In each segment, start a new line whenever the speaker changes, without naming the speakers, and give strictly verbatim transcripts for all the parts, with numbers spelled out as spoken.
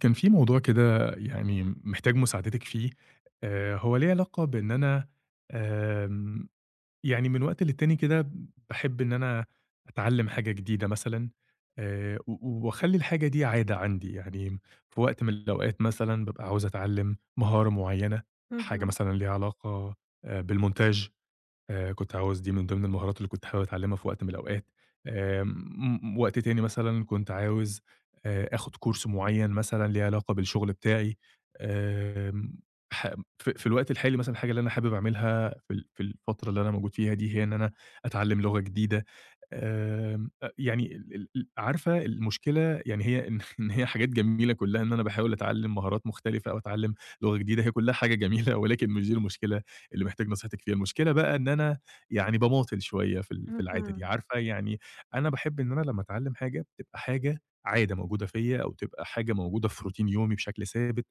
كان في موضوع كده يعني محتاج مساعدتِك فيه، آآ هو ليه علاقة بإن أنا آمم يعني من وقت للتاني كده باحب إن أنا أتعلّم حاجة جديدة مثلًا. آآ و وأخلّي الحاجة دي عادة عندي، يعني في وقت من الأوقات مثلًا بابقى عاوز أتعلّم مهارة معيّنة، حاجة
اهم،
مثلًا ليها علاقة آآ بالmontage. آآ كنت عاوز دي من ضمن المهارات اللي كنت حابب أتعلّمها في وقت من الأوقات. آمم وقت تاني مثلًا كنت عاوز آآ آخُد course معيّن مثلًا ليه علاقة بالشغل بتاعي. آمم ح في في الوقت الحالي مثلًا الحاجة اللي أنا حابب أعملها في ال في الفترة اللي أنا موجود فيها دي، هي إن أنا أتعلّم لغة جديدة. آمم أ يعني ال ال ال عارفة المشكلة، يعني هي إن إن هي حاجات جميلة كُلّها، إن أنا باحاول أتعلّم مهارات مختلفة أو أتعلّم لغة جديدة، هي كُلّها حاجة جميلة ولكن مش دي المشكلة اللي محتاج نصيحتِك فيها. المشكلة بقى إن أنا يعني باماطل شوية في ال في العادة دي،
اهم،
عارفة يعني. أنا باحب إن أنا لمّا أتعلّم حاجة، تبقى حاجة عادة موجودة فيّا أو تبقى حاجة موجودة في روتين يومي بشكل ثابت.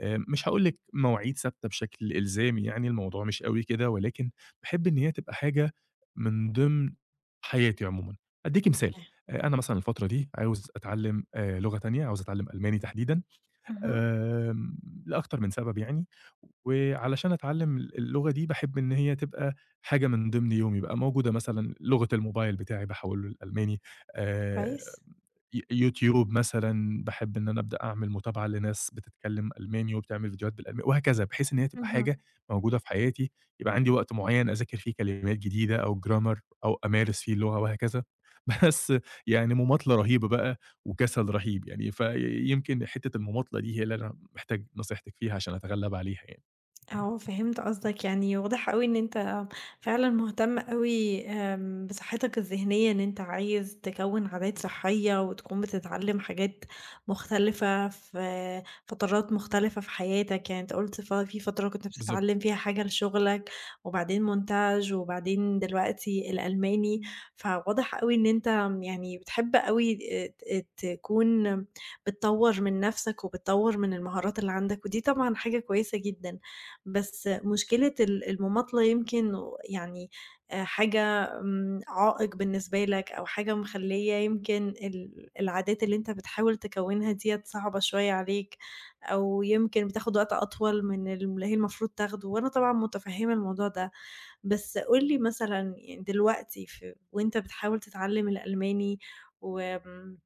آآ مش هاقول لِك مواعيد ثابتة بشكل إلزامي يعني، الموضوع مش أوي كده، ولكن باحب إن هي تبقى حاجة من ضمن حياتي عمومًا. أدّيكِ مثال،
آه.
آآ أنا مثلًا الفترة دي عاوز أتعلّم آآ لغة تانية، عاوز أتعلّم ألماني تحديدًا.
اهم.
آمم، لأكتر من سبب يعني، وعلشان أتعلّم ال اللغة دي باحب إن هي تبقى حاجة من ضمن يومي بقى، موجودة مثلًا لغة الموبايل بتاعي باحوّله للألماني. آآ
كويس؟
ي يوتيوب مثلًا، باحب إن أنا أبدأ أعمل متابعة لناس بتتكلم ألماني وبتعمل فيديوهات بالألماني وهكذا، بحيث إن هي تبقى
اهم.
حاجة موجودة في حياتي، يبقى عندي وقت معين أذاكر فيه كلمات جديدة أو grammar أو أمارس فيه اللغة وهكذا. بس يعني مماطلة رهيبة بقى وكسل رهيب يعني، فيمكن حتة المماطلة دي هي اللي أنا محتاج نصيحتِك فيها عشان أتغلب عليها يعني.
آه، فهمت قصدك، يعني واضح أوي إن أنت فعلًا مهتم أوي آمم، بصحتك الذهنية، إن أنت عايز تكوّن عادات صحية وتكون بتتعلم حاجات مختلفة في فترات مختلفة في حياتك، يعني أنت قُلت ف في فترة كنت
بالضبط.
بتتعلم فيها حاجة لشغلك، وبعدين مونتاج، وبعدين دلوقتي الألماني، فواضح أوي إن أنت يعني بتحب أوي ت تكون بتطوّر من نفسك وبتطوّر من المهارات اللي عندك، ودي طبعًا حاجة كويسة جدًا. بس مشكلة ال المماطلة يمكن يعني آآ حاجة آمم، عائق بالنسبة لك أو حاجة مخلية يمكن ال العادات اللي أنت بتحاول تكوّنها ديّة صعبة شوية عليك، أو يمكن بتاخد وقت أطول من الم اللي هي المفروض تاخده، وأنا طبعًا متفهمة الموضوع ده، بس قُل لي مثلًا يعني دلوقتي ف وأنت بتحاول تتعلم الألماني وآمم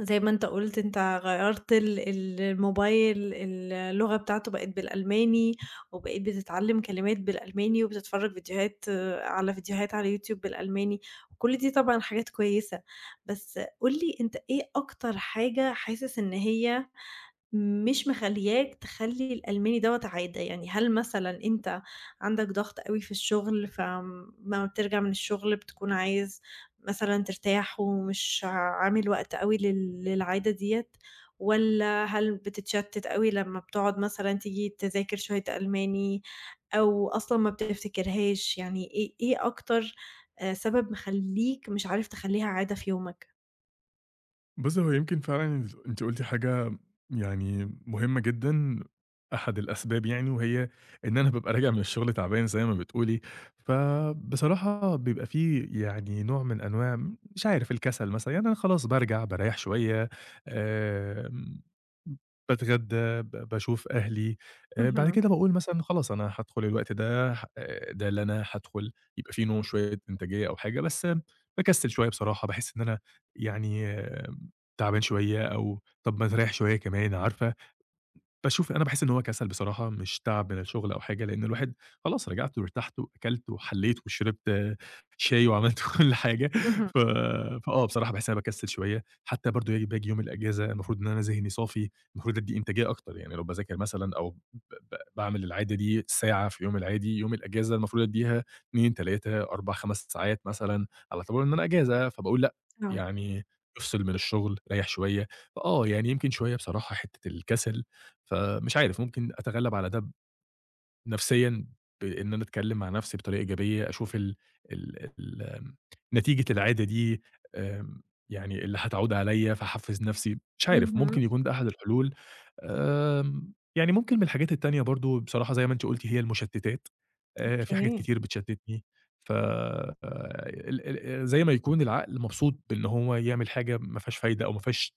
زي ما أنت قُلت أنت غيّرت ال ال الموبايل اللغة بتاعته بقت بالألماني، وبقيت بتتعلّم كلمات بالألماني، وبتتفرّج فيديوهات آه، على فيديوهات على اليوتيوب بالألماني، وكل دي طبعًا حاجات كويسة، بس قُل لي أنت إيه أكتر حاجة حاسس إن هي مش مخلّياك تخلّي الألماني دوّة عادة، يعني هل مثلًا أنت عندك ضغط أوي في الشغل، فأمّا بترجع من الشغل بتكون عايز مثلًا ترتاح ومش عامل وقت أوي لل للعادة ديّة، والّا هل بتتشتت أوي لمّا بتقعد مثلًا تيجي تذاكر شوية ألماني، أو أصلًا ما بتفتكرهاش، يعني إيه إيه أكتر آآ سبب مخلّيك مش عارف تخلّيها عادة في يومك؟
بُصّي، هو يمكن فعلًا أنتِ أنتِ قُلتِ حاجة يعني مهمة جدًا، أحد الأسباب يعني وهي إن أنا بابقى راجع من الشغل تعبان زي ما بتقولي، فبصراحة بيبقى في يعني نوع من أنواع، مش عارف، الكسل مثلًا، يعني أنا خلاص بارجع باريّح شوية، آمم، باتغدى، ب باشوف أهلي، آآ، بعد
اهم،
كده باقول مثلًا خلاص أنا هادخل الوقت ده ح آآ، ده اللي أنا هادخل، يبقى في نوع شوية إنتاجية أو حاجة، بس باكسّل شوية بصراحة، باحس إن أنا يعني تعبان شوية أو طَب ما تريّح شوية كمان، عارفة، باشوف. أنا باحس إن هو كسل بصراحة، مش تعب من الشغل أو حاجة، لإن الواحد خلاص رجعت وارتحت وأكلت وحليت وشربت آه، شاي وعملت كل حاجة.
اهم،
ف فآه بصراحة باحس إن أنا باكسل شوية، حتى برضه ي باجي يوم الأجازة المفروض إن أنا ذهني صافي، المفروض أدّي إنتاجية أكتر، يعني لو باذاكر مثلًا أو ب ب باعمل العادة دي ساعة في يوم العادي، يوم الأجازة المفروض أدّيها اتنين، تلاتة، أربعة، خمس ساعات مثلًا، على اعتبار إن أنا أجازة، فباقول لأ،
آه،
يعني افصل من الشغل، ريّح شوية. فآه يعني يمكن شوية بصراحة حتة الكسل. فمش عارف ممكن أتغلّب على ده نفسيًا بإن أنا أتكلّم مع نفسي بطريقة إيجابية، أشوف ال ال ال آمم، نتيجة العادة دي، آمم، يعني اللي هتعود عليَّ، فاحفّز نفسي، مش عارف،
اهم،
ممكن يكون ده أحد الحلول. آمم، يعني ممكن من الحاجات التانية برضه بصراحة زي ما أنتِ قُلتِ هي المشتتات، آآ، في حاجات
أوكي،
كتير بتشتتني. ف آه، ال ال زي ما يكون العقل مبسوط بإن هو يعمل حاجة ما فيهاش فايدة أو ما فيهاش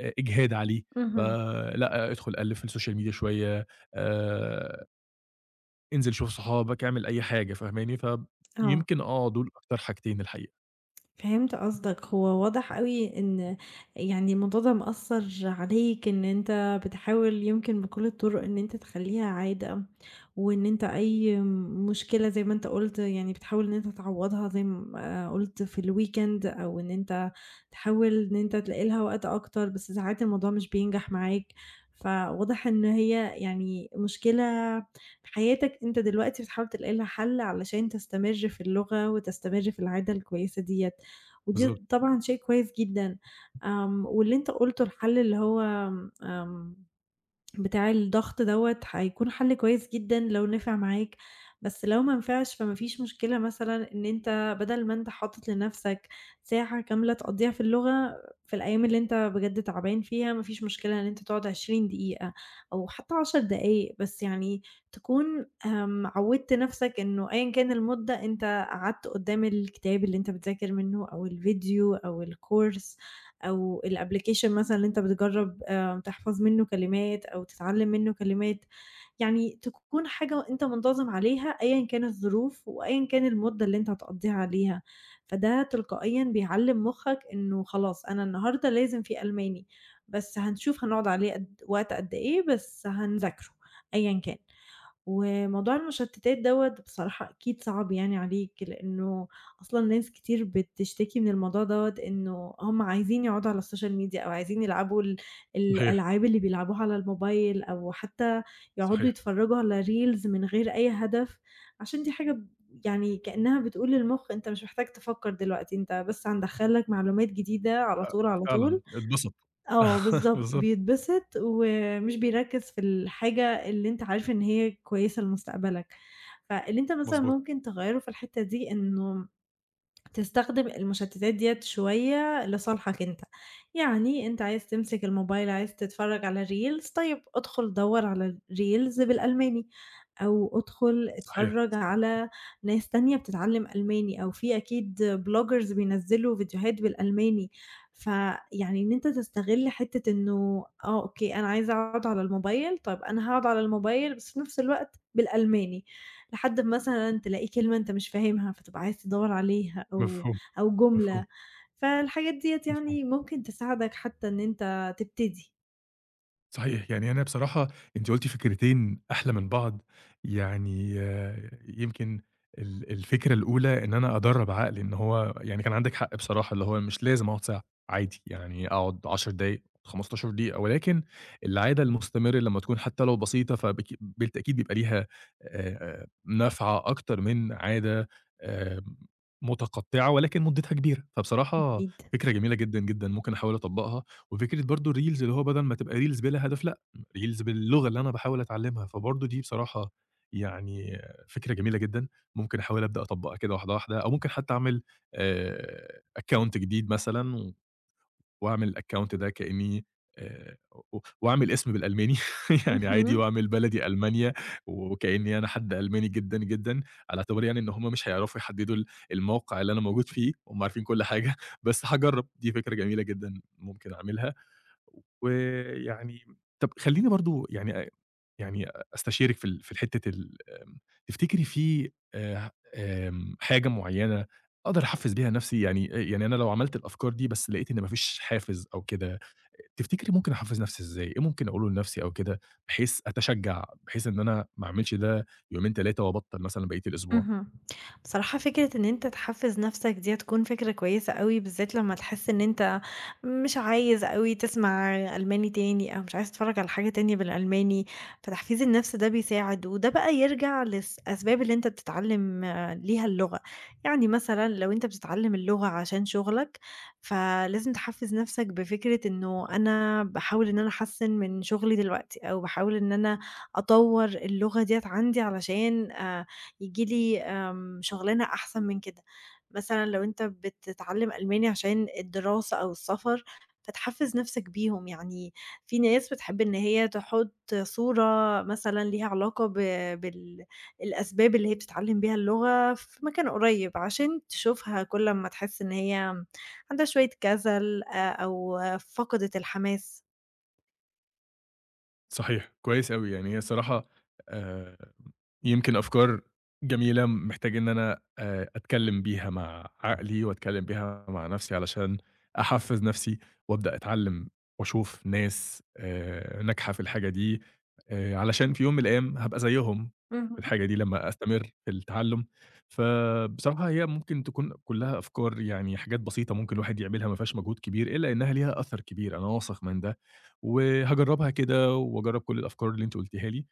آه، إجهاد عليه،
اهم.
فلأ، ادخل قلِّب في السوشيال ميديا شوية، آآ انزل شوف صحابك، اعمل أي حاجة، فاهماني؟
آه.
فيمكن آه دول أكتر حاجتين الحقيقة.
فهمت قصدك، هو واضح أوي إن يعني الموضوع ده مأثّر عليك، إن أنت بتحاول يمكن بكل الطُرق إن أنت تخلّيها عادة، وإن أنت أي مشكلة زي ما أنت قُلت يعني بتحاول إن أنت تعوّضها زي ما قُلت في الweekend أو إن أنت تحاول إن أنت تلاقي لها وقت أكتر، بس ساعات الموضوع مش بينجح معاك، فواضح إن هي يعني مشكلة في حياتك أنت دلوقتي بتحاول تلاقي لها حَل علشان تستمر في اللغة وتستمر في العادة الكويسة ديّة. ودي
بالضبط،
طبعًا شيء كويس جدًا. آمم واللي أنت قُلته الحل اللي هو آمم بتاع الضغط دوّة هيكون حل كويس جدًا لو نفع معاك، بس لو ما نفعش فما فيش مشكلة مثلًا إن أنت بدل ما أنت حاطط لنفْسك ساعة كاملة تقضّيها في اللغة، في الأيام اللي أنت بجد تعبان فيها ما فيش مشكلة إن أنت تقعد 20 دقيقة أو حتى 10 دقايق، بس يعني تكون آمم عوّدت نفْسك إنه أيًا كان المدة أنت قعدت قدّام الكتاب اللي أنت بتذاكر منه أو الفيديو أو الcourse أو الapplication مثلًا اللي أنت بتجرّب آآ تحفظ منّه كلمات أو تتعلّم منّه كلمات، يعني تكون حاجة أنت منتظم عليها أيًا كان الظروف وأيًا كان المدة اللي أنت هتقضّيها عليها، فده تلقائيًا بيعلّم مُخّك إنه خلاص أنا النهارده لازم في ألماني، بس هنشوف هنقعد عليه قد وقت قد إيه، بس هنذاكره أيًا كان. وموضوع المشتتات دوّة بصراحة أكيد صعب يعني عليك، لإنه أصلًا ناس كتير بتشتكي من الموضوع دوّة إنه هم عايزين يقعدوا على السوشيال ميديا أو عايزين يلعبوا ال
صحيح،
الألعاب اللي بيلعبوها على الموبايل أو حتى يقعدوا
صحيح،
يتفرّجوا على reels من غير أي هدف، عشان دي حاجة ب يعني كإنها بتقول للمخ أنت مش محتاج تفكّر دلوقتي، أنت بس هندخّل لك معلومات جديدة على طول، على
فعلًا
طول
اتبسط.
آه بالضبط،
بالضبط،
بيتبسط ومش بيركّز في الحاجة اللي أنت عارف إن هي كويسة لمستقبلك، فاللي أنت مثلًا
مضبوط،
ممكن تغيّره في الحتّة دي إنه تستخدم المشتتات ديّة شوية لصالحك أنت، يعني أنت عايز تمسك الموبايل، عايز تتفرج على reels طيب ادخل دوّر على الreels بالألماني، أو ادخل
صحيح،
اتفرج على ناس تانية بتتعلم ألماني، أو في أكيد bloggers بينزّلوا فيديوهات بالألماني، فيعني إن أنت تستغل حتّة إنه آه أوكي أنا عايزة أقعد على الموبايل، طب أنا هاقعد على الموبايل بس في نفس الوقت بالألماني. لحد ما مثلًا تلاقي كلمة أنت مش فاهمها، فتبقى عايز تدوّر عليها أو
مفهوم،
أو
مفهوم،
جملة، فالحاجات ديّة
مفهوم.
يعني ممكن تساعدك حتى إن أنت تبتدي.
صحيح، يعني أنا بصراحة، أنتِ قُلتِ فكرتين أحلى من بعض، يعني آه، يمكن ال الفكرة الأولى إن أنا أدرّب عقلي إن هو، يعني كان عندِك حق بصراحة، اللي هو مش لازم أقعد ساعة، عادي يعني أقعد عشر دقايق، خمسة عشر دقيقة، ولكن العادة المستمرة لمّا تكون حتى لو بسيطة فبك بالتأكيد بيبقى ليها آآ نافعة أكتر من عادة آمم متقطعة ولكن مدتها كبيرة، فبصراحة
أكيد.
فكرة جميلة جدًا، جدًا، ممكن أحاول أطبّقها. وفكرة برضه الريلز، اللي هو بدل ما تبقى ريلز بلا هدف لأ، ريلز باللغة اللي أنا باحاول أتعلّمها، فبرضه دي بصراحة يعني فكرة جميلة جدًا، ممكن أحاول أبدأ أطبّقها كده واحدة، واحدة، أو ممكن حتى أعمل آآ account جديد مثلًا وأعمل الaccount ده كإنّي آآ و وأعمل اسم بالألماني يعني عادي،
اهم.
وأعمل بلدي ألمانيا، وكإنّي أنا حد ألماني جدًا، جدًا، على اعتبار يعني إن هم مش هيعرفوا يحدّدوا ال الموقع اللي أنا موجود فيه، هم عارفين كل حاجة. بس هاجرّب، دي فكرة جميلة جدًا ممكن أعملها. ويعني طَب خلّيني برضه يعني أ يعني أستشيرِك في ال في حتّة ال تفتكري في آآ آمم حاجة معيّنة أقدر أحفّز بيها نَفْسي؟ يعني آآ يعني أنا لو عملت الأفكار دي بس لقيت إن ما فيش حافز أو كده، تفتكري ممكن أحفّز نَفْسي إزاي؟ إيه ممكن أقوله لنَفْسي أو كده بحيث أتشجّع، بحيث إن أنا ما أعملش ده يومين، تلاتة، وأبطّل مثلًا بقية الأسبوع؟
اهم. بصراحة فكرة إن أنت تحفّز نَفْسك دي هتكون فكرة كويسة أوي، بالذات لمّا تحس إن أنت مش عايز أوي تسمع ألماني تاني أو مش عايز تتفرّج على حاجة تانية بالألماني، فتحفيز النَفْس ده بيساعد، وده بقى يرجع للأسباب اللي أنت بتتعلّم آه، ليها اللغة، يعني مثلًا لو أنت بتتعلّم اللغة عشان شُغلك، فلازم تحفّز نَفْسك بفكرة إنه أنا باحاول إن أنا أحسّن من شُغلي دلوقتي، أو باحاول إن أنا أطوّر اللغة ديّة عندي علشان آآ ييجي لي آمم، شغلانة أحسن من كده. مثلًا لو أنت بتتعلم ألماني عشان الدراسة أو السفر، فتحفّز نفسك بيهم، يعني في ناس بتحب إن هي تحط صورة مثلًا ليها علاقة ب بال الأسباب اللي هي بتتعلم بيها اللغة في مكان قريب، عشان تشوفها كل أمّا تحس إن هي عندها شوية كسل آآ، أو فقدت الحماس.
صحيح، كويس أوي، يعني هي الصراحة آآ يمكن أفكار جميلة محتاج إن أنا آآ أتكلّم بيها مع عقلي وأتكلّم بيها مع نَفْسي علشان أحفّز نَفْسي وأبدأ أتعلّم وأشوف ناس آآ ناجحة في الحاجة دي، آآ علشان في يوم من الأيام هابقى زيّهم في
اهم،
الحاجة دي لمّا أستمر في التعلُّم. فبصراحة هي ممكن تكون كُلّها أفكار، يعني حاجات بسيطة ممكن الواحد يعملها ما فيهاش مجهود كبير، إلا إنّها ليها أثَر كبير، أنا واثق من ده، وهاجرّبها كده وأجرّب كل الأفكار اللي أنتِ قُلتيها لي،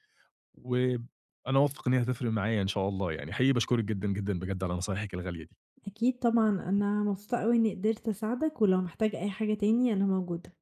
وأنا واثق إن هي هتفرق معايا إن شاء الله يعني. حقيقي باشكرِك جدًا، جدًا بجد على نصايحِك الغالية دي.
أكيد طبعًا، أنا مبسوطة أوي إني قدرت أساعدك، ولو محتاج أي حاجة تاني أنا موجودة.